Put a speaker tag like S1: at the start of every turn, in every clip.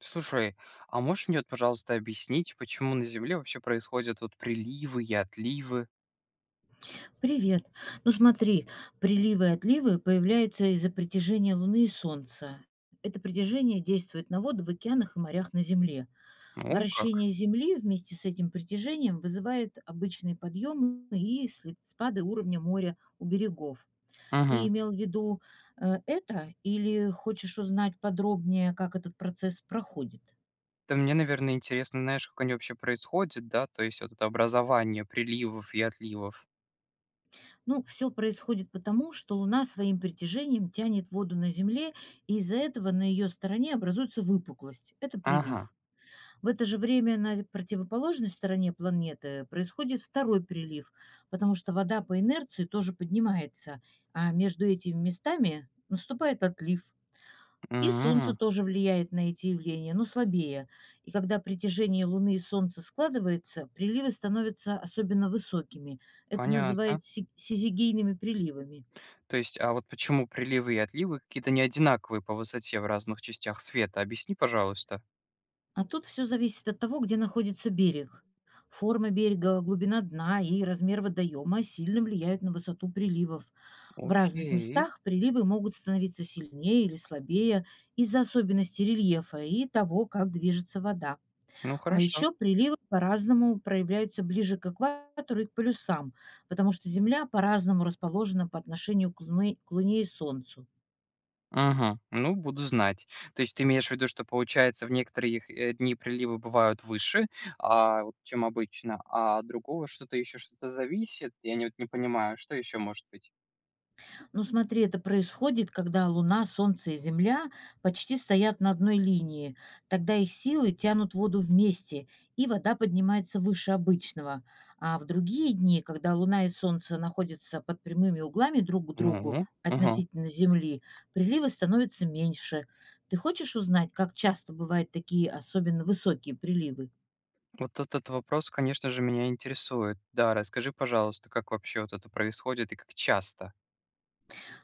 S1: Слушай, а можешь мне, вот, пожалуйста, объяснить, почему на Земле вообще происходят вот приливы и отливы?
S2: Привет. Ну смотри, приливы и отливы появляются из-за притяжения Луны и Солнца. Это притяжение действует на воду в океанах и морях на Земле.
S1: Ну как.
S2: Вращение Земли вместе с этим притяжением вызывает обычные подъемы и спады уровня моря у берегов. Ты
S1: Мгм.
S2: имел в виду это или хочешь узнать подробнее, как этот процесс проходит?
S1: Да мне, наверное, интересно, знаешь, как они вообще происходят, да? То есть вот это образование приливов и отливов.
S2: Ну, все происходит потому, что Луна своим притяжением тянет воду на Земле, и из-за этого на ее стороне образуется выпуклость. Это
S1: Ага.
S2: прилив. В это же время на противоположной стороне планеты происходит второй прилив, потому что вода по инерции тоже поднимается, а между этими местами наступает отлив. И солнце
S1: М.
S2: тоже влияет на эти явления, но слабее. И когда притяжение Луны и Солнца складывается, приливы становятся особенно высокими. Это
S1: Понятно.
S2: называют сизигийными приливами.
S1: То есть, а вот почему приливы и отливы какие-то не одинаковые по высоте в разных частях света? Объясни, пожалуйста.
S2: А тут все зависит от того, где находится берег. Форма берега, глубина дна и размер водоема сильно влияют на высоту приливов. В разных
S1: Окей.
S2: местах приливы могут становиться сильнее или слабее из-за особенностей рельефа и того, как движется вода.
S1: Ну,
S2: А
S1: хорошо.
S2: еще приливы по-разному проявляются ближе к экватору и к полюсам, потому что Земля по-разному расположена по отношению к Луне и Солнцу.
S1: Мгм. Ну, буду знать. То есть ты имеешь в виду, что, получается, в некоторых, дни приливы бывают выше, а, вот, чем обычно, а другого что-то еще что-то зависит? Я не вот не понимаю, что еще может быть?
S2: Ну смотри, это происходит, когда Луна, Солнце и Земля почти стоят на одной линии. Тогда их силы тянут воду вместе, и вода поднимается выше обычного. А в другие дни, когда Луна и Солнце находятся под прямыми углами друг к
S1: Ну,
S2: другу
S1: мгм.
S2: относительно Земли, приливы становятся меньше. Ты хочешь узнать, как часто бывают такие особенно высокие приливы?
S1: Вот этот вопрос, конечно же, меня интересует. Да, расскажи, пожалуйста, как вообще вот это происходит и как часто?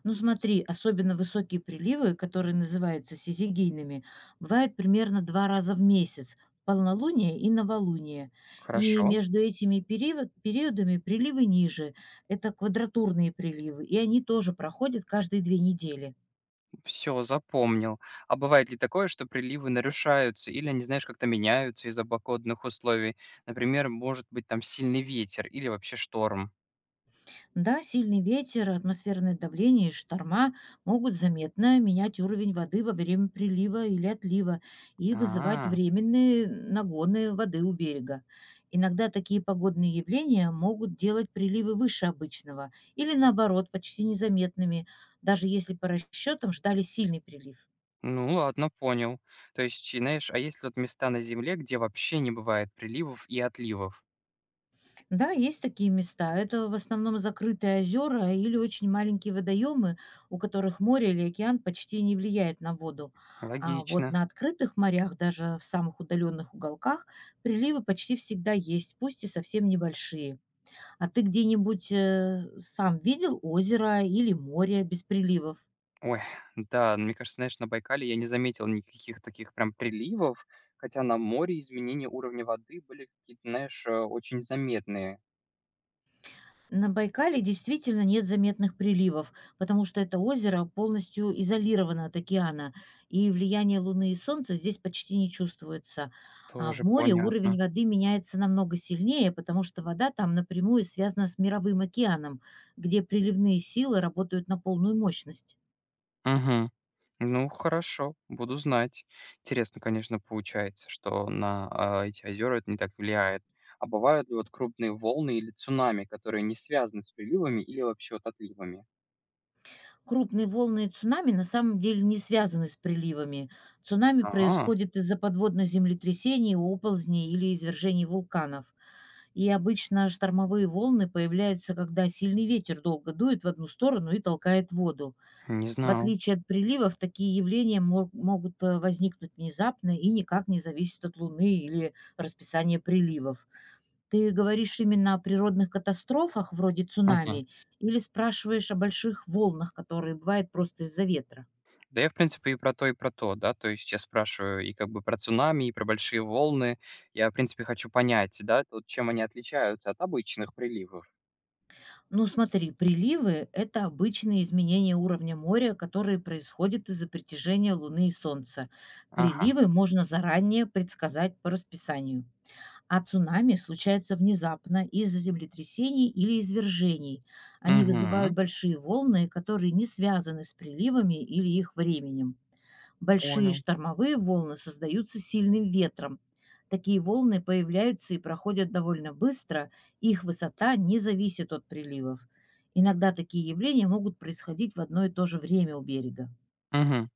S2: Ну смотри, особенно высокие приливы, которые называются сизигийными, бывают примерно 2 раза в месяц– в полнолуние и новолуние. И
S1: Хорошо.
S2: между этими периодами приливы ниже– это квадратурные приливы, и они тоже проходят каждые 2 недели.
S1: Все запомнил. А бывает ли такое, что приливы нарушаются или они, знаешь, как-то меняются из-за погодных условий? Например, может быть там сильный ветер или вообще шторм?
S2: Да, сильный ветер, атмосферное давление и шторма могут заметно менять уровень воды во время прилива или отлива и вызывать
S1: А,
S2: временные нагоны воды у берега. Иногда такие погодные явления могут делать приливы выше обычного или наоборот почти незаметными, даже если по расчетам ждали сильный прилив.
S1: ну ладно, понял. То есть, и знаешь, а есть ли вот места на Земле, где вообще не бывает приливов и отливов?
S2: Да, есть такие места. Это в основном закрытые озера или очень маленькие водоемы, у которых море или океан почти не влияет на воду. А вот
S1: Логично.
S2: на открытых морях, даже в самых удаленных уголках, приливы почти всегда есть, пусть и совсем небольшие. А ты где-нибудь сам видел озеро или море без приливов?
S1: Ой, да, мне кажется, знаешь, на Байкале я не заметил никаких таких прям приливов, хотя на море изменения уровня воды были какие-то, знаешь, очень заметные.
S2: На Байкале действительно нет заметных приливов, потому что это озеро полностью изолировано от океана, и влияние Луны и Солнца здесь почти не чувствуется. А в
S1: Тоже
S2: море уровень
S1: понятно.
S2: воды меняется намного сильнее, потому что вода там напрямую связана с мировым океаном, где приливные силы работают на полную мощность.
S1: Мгм. Ну, хорошо, буду знать. Интересно, конечно, получается, что на, эти озера это не так влияет. А бывают ли вот крупные волны или цунами, которые не связаны с приливами или вообще вот отливами?
S2: Крупные волны и цунами на самом деле не связаны с приливами. Цунами
S1: А,
S2: происходит из-за подводных землетрясений, оползней или извержений вулканов. И обычно штормовые волны появляются, когда сильный ветер долго дует в одну сторону и толкает воду.
S1: не
S2: В
S1: знал.
S2: отличие от приливов, такие явления могут возникнуть внезапно и никак не зависят от Луны или расписания приливов. Ты говоришь именно о природных катастрофах вроде
S1: Мгм.
S2: цунами или спрашиваешь о больших волнах, которые бывают просто из-за ветра?
S1: Да я, в принципе, и про то, да, то есть я спрашиваю и как бы про цунами, и про большие волны. Я, в принципе, хочу понять, да, вот чем они отличаются от обычных приливов.
S2: Ну смотри, приливы– это обычные изменения уровня моря, которые происходят из-за притяжения Луны и Солнца.
S1: Ага.
S2: Приливы можно заранее предсказать по расписанию. А цунами случаются внезапно из-за землетрясений или извержений. Они вызывают
S1: Мгм.
S2: большие волны, которые не связаны с приливами или их временем. Большие
S1: Понял.
S2: штормовые волны создаются сильным ветром. Такие волны появляются и проходят довольно быстро, и их высота не зависит от приливов. Иногда такие явления могут происходить в одно и то же время у берега.
S1: Мгм.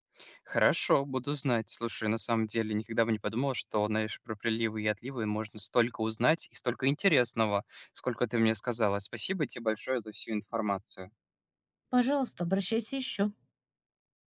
S1: Хорошо, буду знать. Слушай, на самом деле никогда бы не подумал, что, знаешь, про приливы и отливы можно столько узнать и столько интересного, сколько ты мне сказала. Спасибо тебе большое за всю информацию.
S2: Пожалуйста, обращайся еще.